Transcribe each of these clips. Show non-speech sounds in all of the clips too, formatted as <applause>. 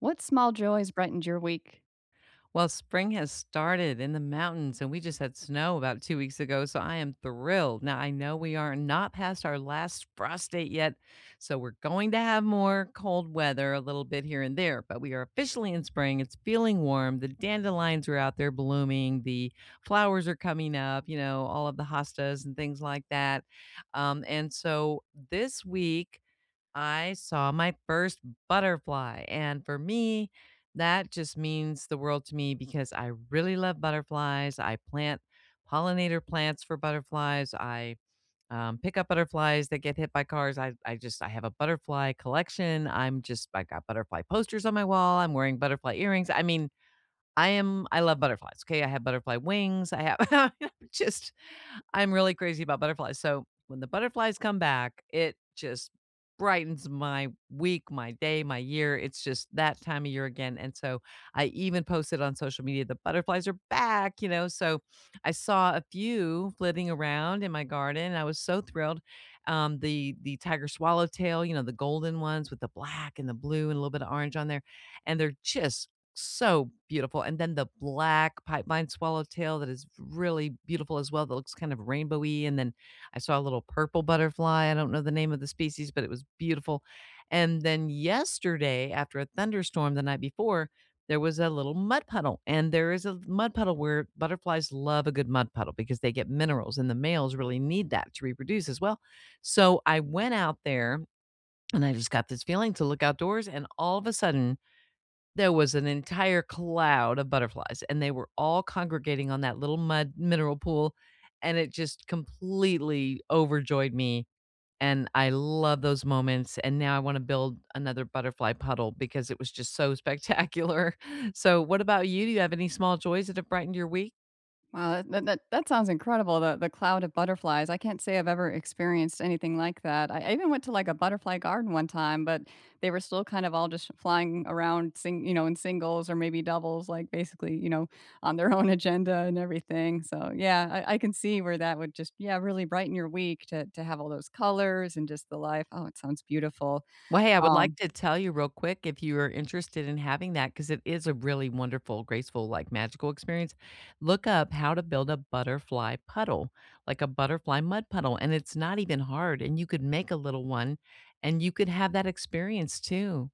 What small joys brightened your week? Well, spring has started in the mountains, and we just had snow about 2 weeks ago, so I am thrilled. Now, I know we are not past our last frost date yet, so we're going to have more cold weather a little bit here and there, but we are officially in spring. It's feeling warm. The dandelions are out there blooming, the flowers are coming up, all of the hostas and things like that. And so this week, I saw my first butterfly. And for me, that just means the world to me because I really love butterflies. I plant pollinator plants for butterflies. I pick up butterflies that get hit by cars. I have a butterfly collection. I got butterfly posters on my wall. I'm wearing butterfly earrings. I mean, I love butterflies. Okay. I have butterfly wings. I have <laughs> just I'm really crazy about butterflies. So when the butterflies come back, it just brightens my week, my day, my year. It's just that time of year again. And so I even posted on social media, the butterflies are back. So I saw a few flitting around in my garden. And I was so thrilled. The tiger swallowtail, the golden ones with the black and the blue and a little bit of orange on there. And they're just so beautiful. And then the black pipeline swallowtail that is really beautiful as well, that looks kind of rainbowy. And then I saw a little purple butterfly. I don't know the name of the species, but it was beautiful. And then yesterday, after a thunderstorm the night before, there was a little mud puddle. And there is a mud puddle where butterflies love a good mud puddle because they get minerals and the males really need that to reproduce as well. So I went out there and I just got this feeling to look outdoors. And all of a sudden, there was an entire cloud of butterflies, and they were all congregating on that little mud mineral pool, and it just completely overjoyed me, and I love those moments, and now I wanna build another butterfly puddle because it was just so spectacular. <laughs> So, what about you? Do you have any small joys that have brightened your week? Wow, that sounds incredible, the cloud of butterflies. I can't say I've ever experienced anything like that. I even went to, like, a butterfly garden one time, but they were still kind of all just flying around in singles or maybe doubles, like, basically, on their <laughs> own agenda and everything, so, yeah, I can see where that would just, yeah, really brighten your week to have all those colors and just the life. Oh, it sounds beautiful. Well, hey, I would like um to tell you real quick if you are interested in having that because it is a really wonderful, graceful, like, magical experience. Look up how to build a butterfly puddle, like a butterfly mud puddle, and it's not even hard, and you could make a little one, and you could have that experience too.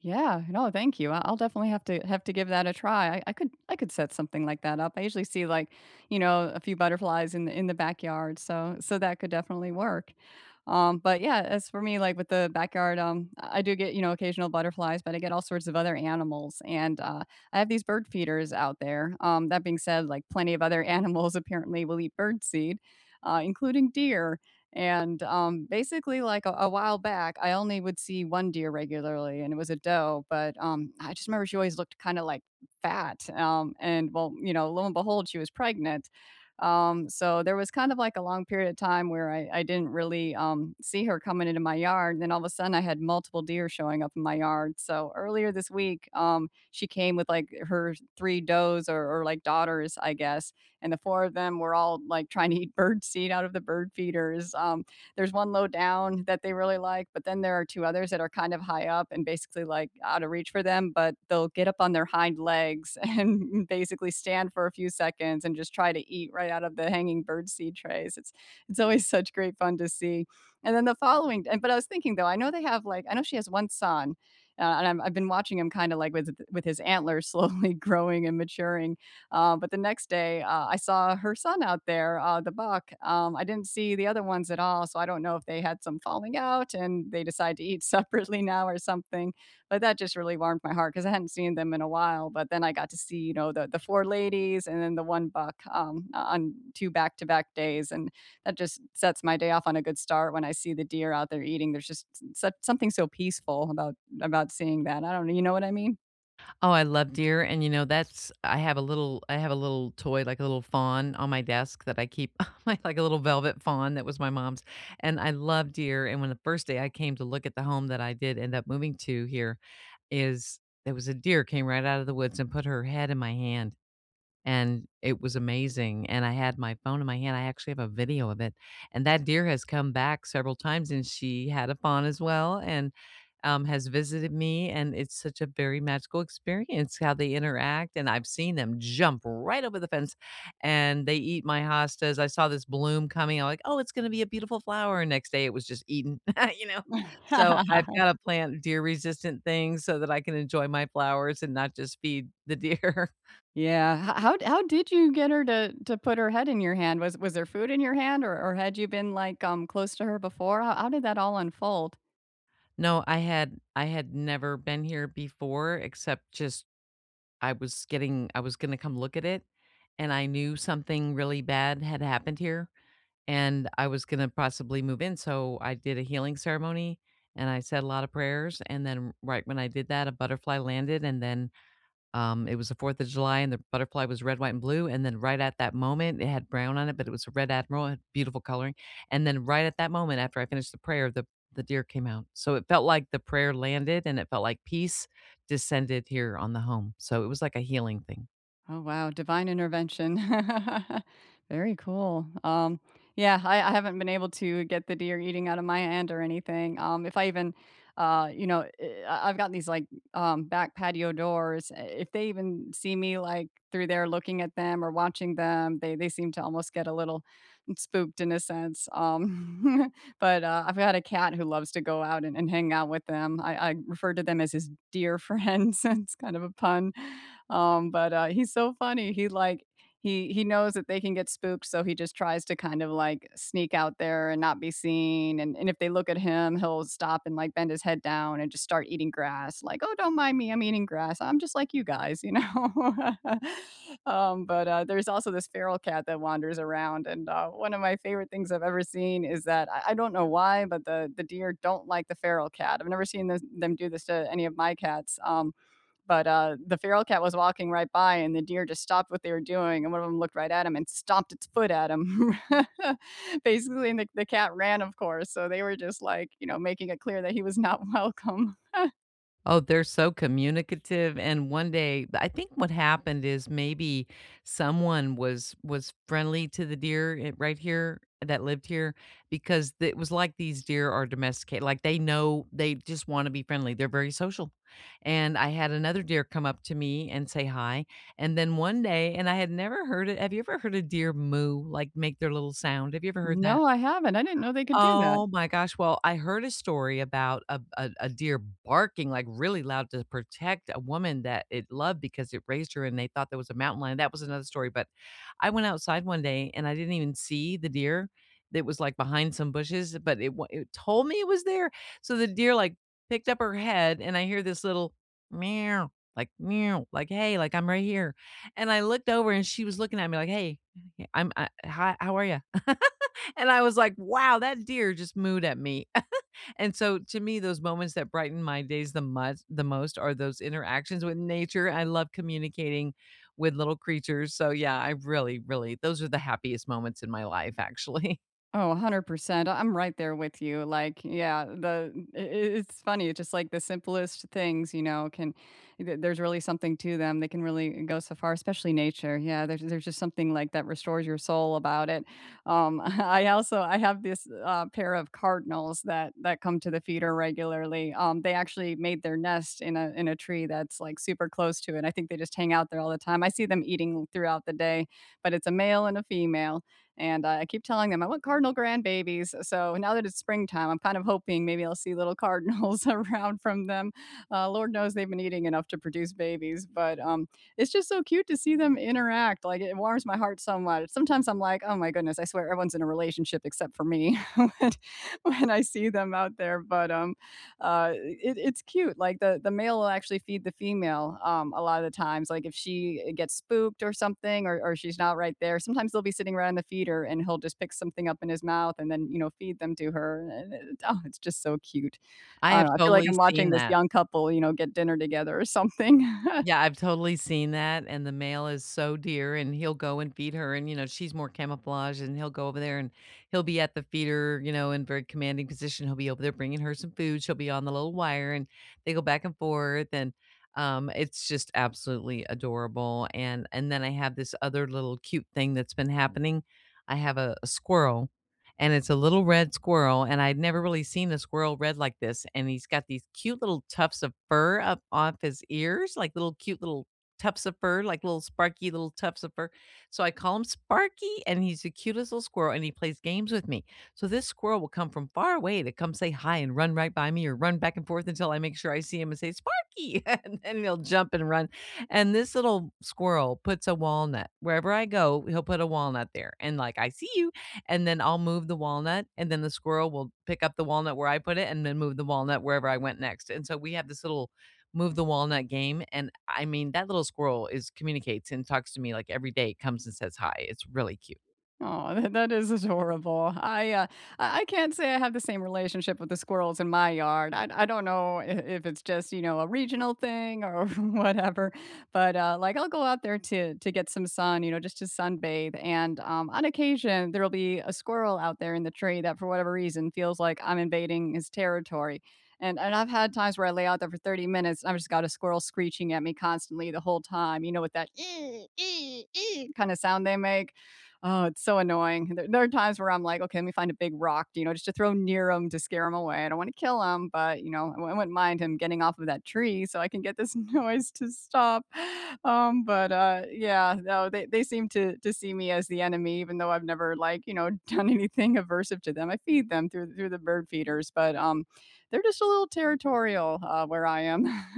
Yeah, no, thank you. I'll definitely have to give that a try. I could I could set something like that up. I usually see, like, a few butterflies in the backyard. So that could definitely work. But yeah, as for me, like with the backyard, I do get, occasional butterflies, but I get all sorts of other animals. And I have these bird feeders out there. That being said, like plenty of other <laughs> animals apparently will eat bird seed, including deer. And, basically, like, a while back, I only would see 1 deer regularly, and it was a doe, but, I just remember she always looked kinda, like, fat, and, well, you know, lo and behold, she was pregnant. So there was kind of, like, a long period of time where I didn't really, see her coming into my yard, and then all of a sudden, I had multiple deer showing up in my yard. So earlier this week, she came with, like, her 3 does or, like, daughters, I guess, and the four of them were all like trying to eat bird seed out of the bird feeders. There's one low down that they really like, but then there are two others that are kind of high up and basically like out of reach for them, but they'll get up on their hind legs and <laughs> basically stand for a few seconds and just try to eat right out of the hanging bird seed trays. It's always such great fun to see. And then the following, and but I was thinking though, I know they have like I know she has one son, and I've been watching him kind of like with his antlers <laughs> slowly growing and maturing, but the next day, I saw her son out there, the buck. I didn't see the other ones at all, so I don't know if they had some falling out and they decide to eat <laughs> separately now or something. But that just really warmed my heart because I hadn't seen them in a while. But then I got to see, you know, the four ladies and then the one buck, on two back to back days, and that just sets my day off on a good start when I see the deer out there eating. There's just such something so peaceful about seeing that. I don't know, you know what I mean? Oh, I love deer, and, you know, that's I have a little toy, like a little fawn on my desk that I keep <laughs> like a little velvet fawn that was my mom's, and I love deer, and when the first day I came to look at the home that I did end up moving to here, is there was a deer came right out of the woods and put her head in my hand, and it was amazing, and I had my phone in my hand, I actually have a video of it, and that deer has come back several times, and she had a fawn as well and, has visited me, and it's such a very magical experience how they interact, and I've seen them jump right over the fence, and they eat my hostas, I saw this bloom coming, I'm like, "Oh, it's gonna be a beautiful flower," and next day it was just eaten, <laughs> you know? So, I've <laughs> gotta plant deer-resistant things so that I can enjoy my flowers and not just feed the deer. Yeah. H How did you get her to put her head in your hand? Was there food in your hand, or had you been, like, close to her before? How did that all unfold? No, I had never been here before except just I was gonna come look at it, and I knew something really bad had happened here, and I was gonna possibly move in, so I did a healing ceremony, and I said a lot of prayers, and then right when I did that, a butterfly landed, and then it was the 4th of July, and the butterfly was red, white, and blue, and then right at that moment, it had brown on it, but it was a red admiral, it had beautiful coloring, and then right at that moment, after I finished the prayer, the deer came out. So it felt like the prayer landed, and it felt like peace descended here on the home. So it was like a healing thing. Oh, wow, divine intervention. <laughs> Very cool. Yeah, I haven't been able to get the deer eating out of my hand or anything. If I even, you know, I've got these, like, back patio doors. If they even see me like through there looking at them or watching them, they seem to almost get a little spooked in a sense. <laughs> But I've got a cat who loves to go out and, hang out with them. I refer to them as his dear friends. <laughs> It's kind of a pun. But, he's so funny. He, like he knows that they can get spooked, so he just tries to kind of, like, sneak out there and not be seen, and if they look at him, he'll stop and, like, bend his head down and just start eating grass, like, "Oh, don't mind me, I'm eating grass. I'm just like you guys," you know? <laughs> But, there's also this feral cat that wanders around, and, one of my favorite things I've ever seen is that I don't know why, but the deer don't like the feral cat. I've never seen this them do this to any of my cats, but the feral cat was walking right by and the deer just stopped what they were doing and one of them looked right at him and stomped its foot at him <laughs> basically, and the cat ran of course, so they were just like, you know, making it clear that he was not <laughs> welcome. Oh, they're so communicative, and one day I think what happened is maybe someone was friendly to the deer I right here that lived here because it was like these deer are domesticated, like, they know they just wanna be friendly, they're very social, and I had another deer come up to me and say hi, and then one day and I had never heard it have you ever heard a deer moo, like, make their little sound? Have you ever heard that? No, I haven't. I didn't know they could do that. Oh my gosh, well, I heard a story about a deer barking, like, really loud to protect a woman that it loved because it raised her and they thought there was a mountain lion, that was another story, but I went outside one day and I didn't even see the deer that was, like, behind some bushes, but it told me it was there, so the deer, like, picked up her head and I hear this little "meow," like, "Hey," like, "I'm right here," and I looked over and she was looking at me like, "Hey, I'm I hi, how are you?" <laughs> And I was like, "Wow, that deer just mooed at me." <laughs> And so to me, those moments that brighten my days the most are those interactions with nature. I love communicating with little creatures. So yeah, I really, really those are the happiest moments in my life, actually. Oh, 100%. I'm right there with you. Like, yeah, the I it's funny. It's just like the simplest things, you know, can th there's really something to them. They can really go so far, especially nature. Yeah, there's just something like that restores your soul about it. <laughs> I also I have this, pair of cardinals that come to the feeder regularly. They actually made their nest in a tree that's, like, super close to it. I think they just hang out there all the time. I see them eating throughout the day, but it's a male and a female. And I keep telling them I want cardinal grandbabies. So now that it's springtime, I'm kind of hoping maybe I'll see little cardinals <laughs> around from them. Lord knows they've been eating enough to produce babies, but it's just so cute to see them interact. Like, it warms my heart so much. Sometimes I'm like, oh my goodness, I swear everyone's in a relationship except for me <laughs> when, when I see them out there. But it's cute. Like, the male will actually feed the female, a lot of the times. Like, if she gets spooked or something, or she's not right there, sometimes they'll be sitting right on the feeder, and he'll just pick something up in his mouth and then, you know, feed them to her. And oh, it's just so cute. <laughs> I I have don't know. I feel like totally I'm seen watching this that. young couple, you know, get dinner together or something. <laughs> Yeah, I've totally seen that, and the male is so dear, and he'll go and feed her, and, you know, she's more camouflage, and he'll go over there, and he'll be at the feeder, you know, in very commanding position, he'll be over there bringing her some food, she'll be on the little wire, and they go back and forth, and, it's just absolutely adorable, and then I have this other little cute thing that's been happening. I have a squirrel and it's a little red squirrel. And I'd never really seen a squirrel red like this. And he's got these cute little tufts of fur up off his ears, like little cute little tufts of fur, like little sparky little tufts of fur. So I call him Sparky, and he's the cutest little squirrel, and he plays games with me. So this squirrel will come from far away to come say hi and run right by me or run back and forth until I make sure I see him and say, Sparky. <laughs> And then he'll jump and run. And this little squirrel puts a walnut wherever I go, he'll put a walnut there. And like, I see you and then I'll move the walnut, and then the squirrel will pick up the walnut where I put it, and then move the walnut wherever I went next. And so we have this little move the walnut game, and I mean that little squirrel is communicates and talks to me like every day. Comes and says hi. It's really cute. Oh, that is adorable. I can't say I have the same relationship with the squirrels in my yard. I don't know I if it's just, you know, a regional thing or <laughs> whatever, but, like, I'll go out there to get some sun, you know, just to sunbathe, and, on occasion, there'll be a squirrel out there in the tree that, for whatever reason, feels like I'm invading his territory, and I've had times where I lay out there for 30 minutes, and I've just got a squirrel screeching at me constantly the whole time, you know, with that <laughs> kinda sound they make. Oh, it's so annoying. There are times where I'm like, okay, let me find a big rock, you know, just to throw near him to scare him away. I don't want to kill him, but you know, I wouldn't mind him getting off of that tree so I can get this <laughs> noise to stop. But yeah, no, they seem to see me as the enemy, even though I've never, like, you know, <laughs> done anything aversive to them. I feed them through the bird feeders, but they're just a little territorial, where I am. <laughs>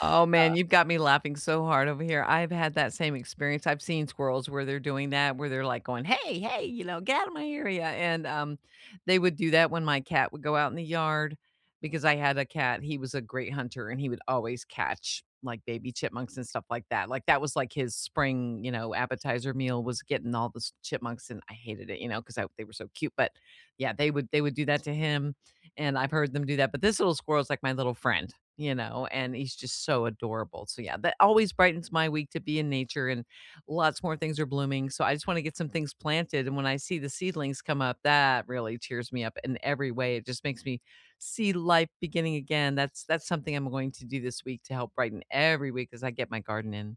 Oh, man, you've got me laughing so hard over here. I've had that same experience. I've seen squirrels where they're doing that, where they're like going, "Hey, hey, you know, get out of my area." And, they would do that when my cat would go out in the yard because I had a cat. He was a great hunter and he would always catch like baby chipmunks and stuff like that. Like that was like his spring, you know, appetizer meal was getting all the chipmunks and I hated it, you know, because they were so cute. But yeah, they would do that to him and I've heard them do that. But this little squirrel is like my little friend, you know, and he's just so adorable. So yeah, that always brightens my week to be in nature and lots more things are blooming. So I just want to get some things planted. And when I see the seedlings come up, that really cheers me up in every way. It just makes me see life beginning again. That's something I'm going to do this week to help brighten every week as I get my garden in.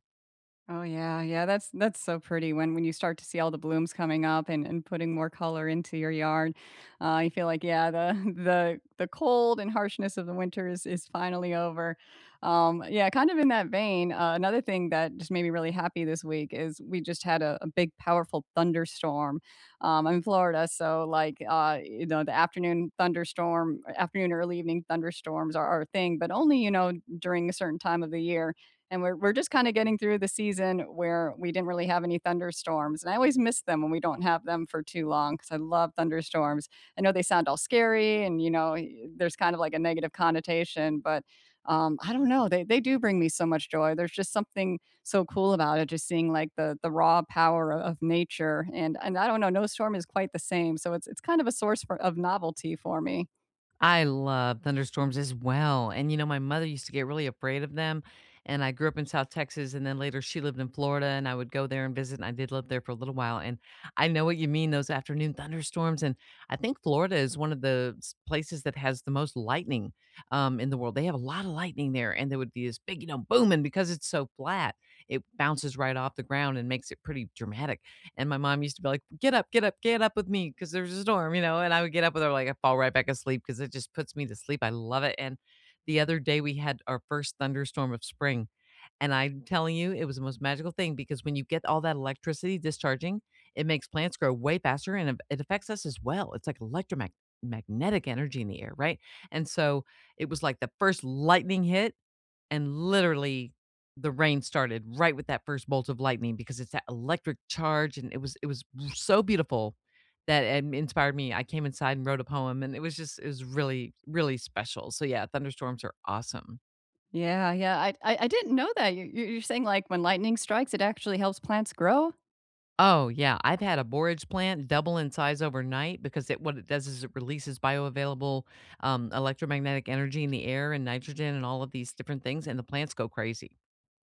Oh yeah, yeah, that's so pretty when you start to see all the blooms coming up and putting more color into your yard. I feel like, yeah, the <laughs> the cold and harshness of the winter is finally over. Yeah, kind of in that vein, another thing that just made me really happy this week is we just had a big, powerful thunderstorm. I'm in Florida, so, like, you know, the afternoon thunderstorm, afternoon early evening thunderstorms are our thing, but only, you know, during a certain time of the year, and we're just kind of getting through the season where we didn't really have any thunderstorms. And I always miss them when we don't have them for too long because I love thunderstorms. I know they sound all scary, and you know, there's kind of like a negative connotation, but I don't know. They do bring me so much joy. There's just something so cool about it, just seeing, like, the raw power of nature. And I don't know, no storm is quite the same. So it's kind of a source of novelty for me. I love thunderstorms as well. And you know, my mother used to get really afraid of them. And I grew up in South Texas and then later she lived in Florida and I would go there and visit. And I did live there for a little while. And I know what you mean, those afternoon thunderstorms. And I think Florida is one of the places that has the most lightning in the world. They have a lot of lightning there and there would be this big, you know, boom. And because it's so flat, it bounces right off the ground and makes it pretty dramatic. And my mom used to be like, "Get up, get up, get up with me because there's a storm," you know, and I would get up with her like I fall right back asleep because it just puts me to sleep. I love it. And the other day we had our first thunderstorm of spring, and I'm telling you, it was the most magical thing because when you get all that electricity discharging, it makes plants grow way faster and it affects us as well. It's like electromagnetic energy in the air, right? And so it was like the first lightning hit and literally the rain started right with that first bolt of lightning because it's that electric charge and it was so beautiful that it inspired me. I came inside and wrote a poem and it was just it was really really special. So yeah, thunderstorms are awesome. Yeah, yeah. I didn't know that. You're saying, like, when lightning strikes, it actually helps plants grow. Oh yeah, I've had a borage plant double in size overnight because it what it does is it releases bioavailable electromagnetic energy in the air and nitrogen and all of these different things and the plants go crazy.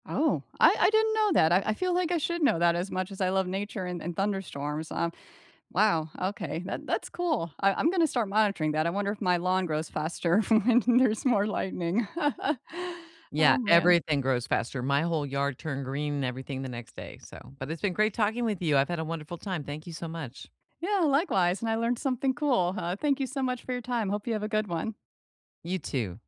Oh, I didn't know that. I feel like I should know that as much as I love nature and thunderstorms. Wow, okay, that's cool. I'm gonna start monitoring that. I wonder if my lawn grows faster <laughs> when there's more lightning. <laughs> Yeah, Oh, man. everything grows faster. My whole yard turned green and everything the next day, so but it's been great talking with you. I've had a wonderful time. Thank you so much. Yeah, likewise, and I learned something cool, huh? Thank you so much for your time. Hope you have a good one. You too.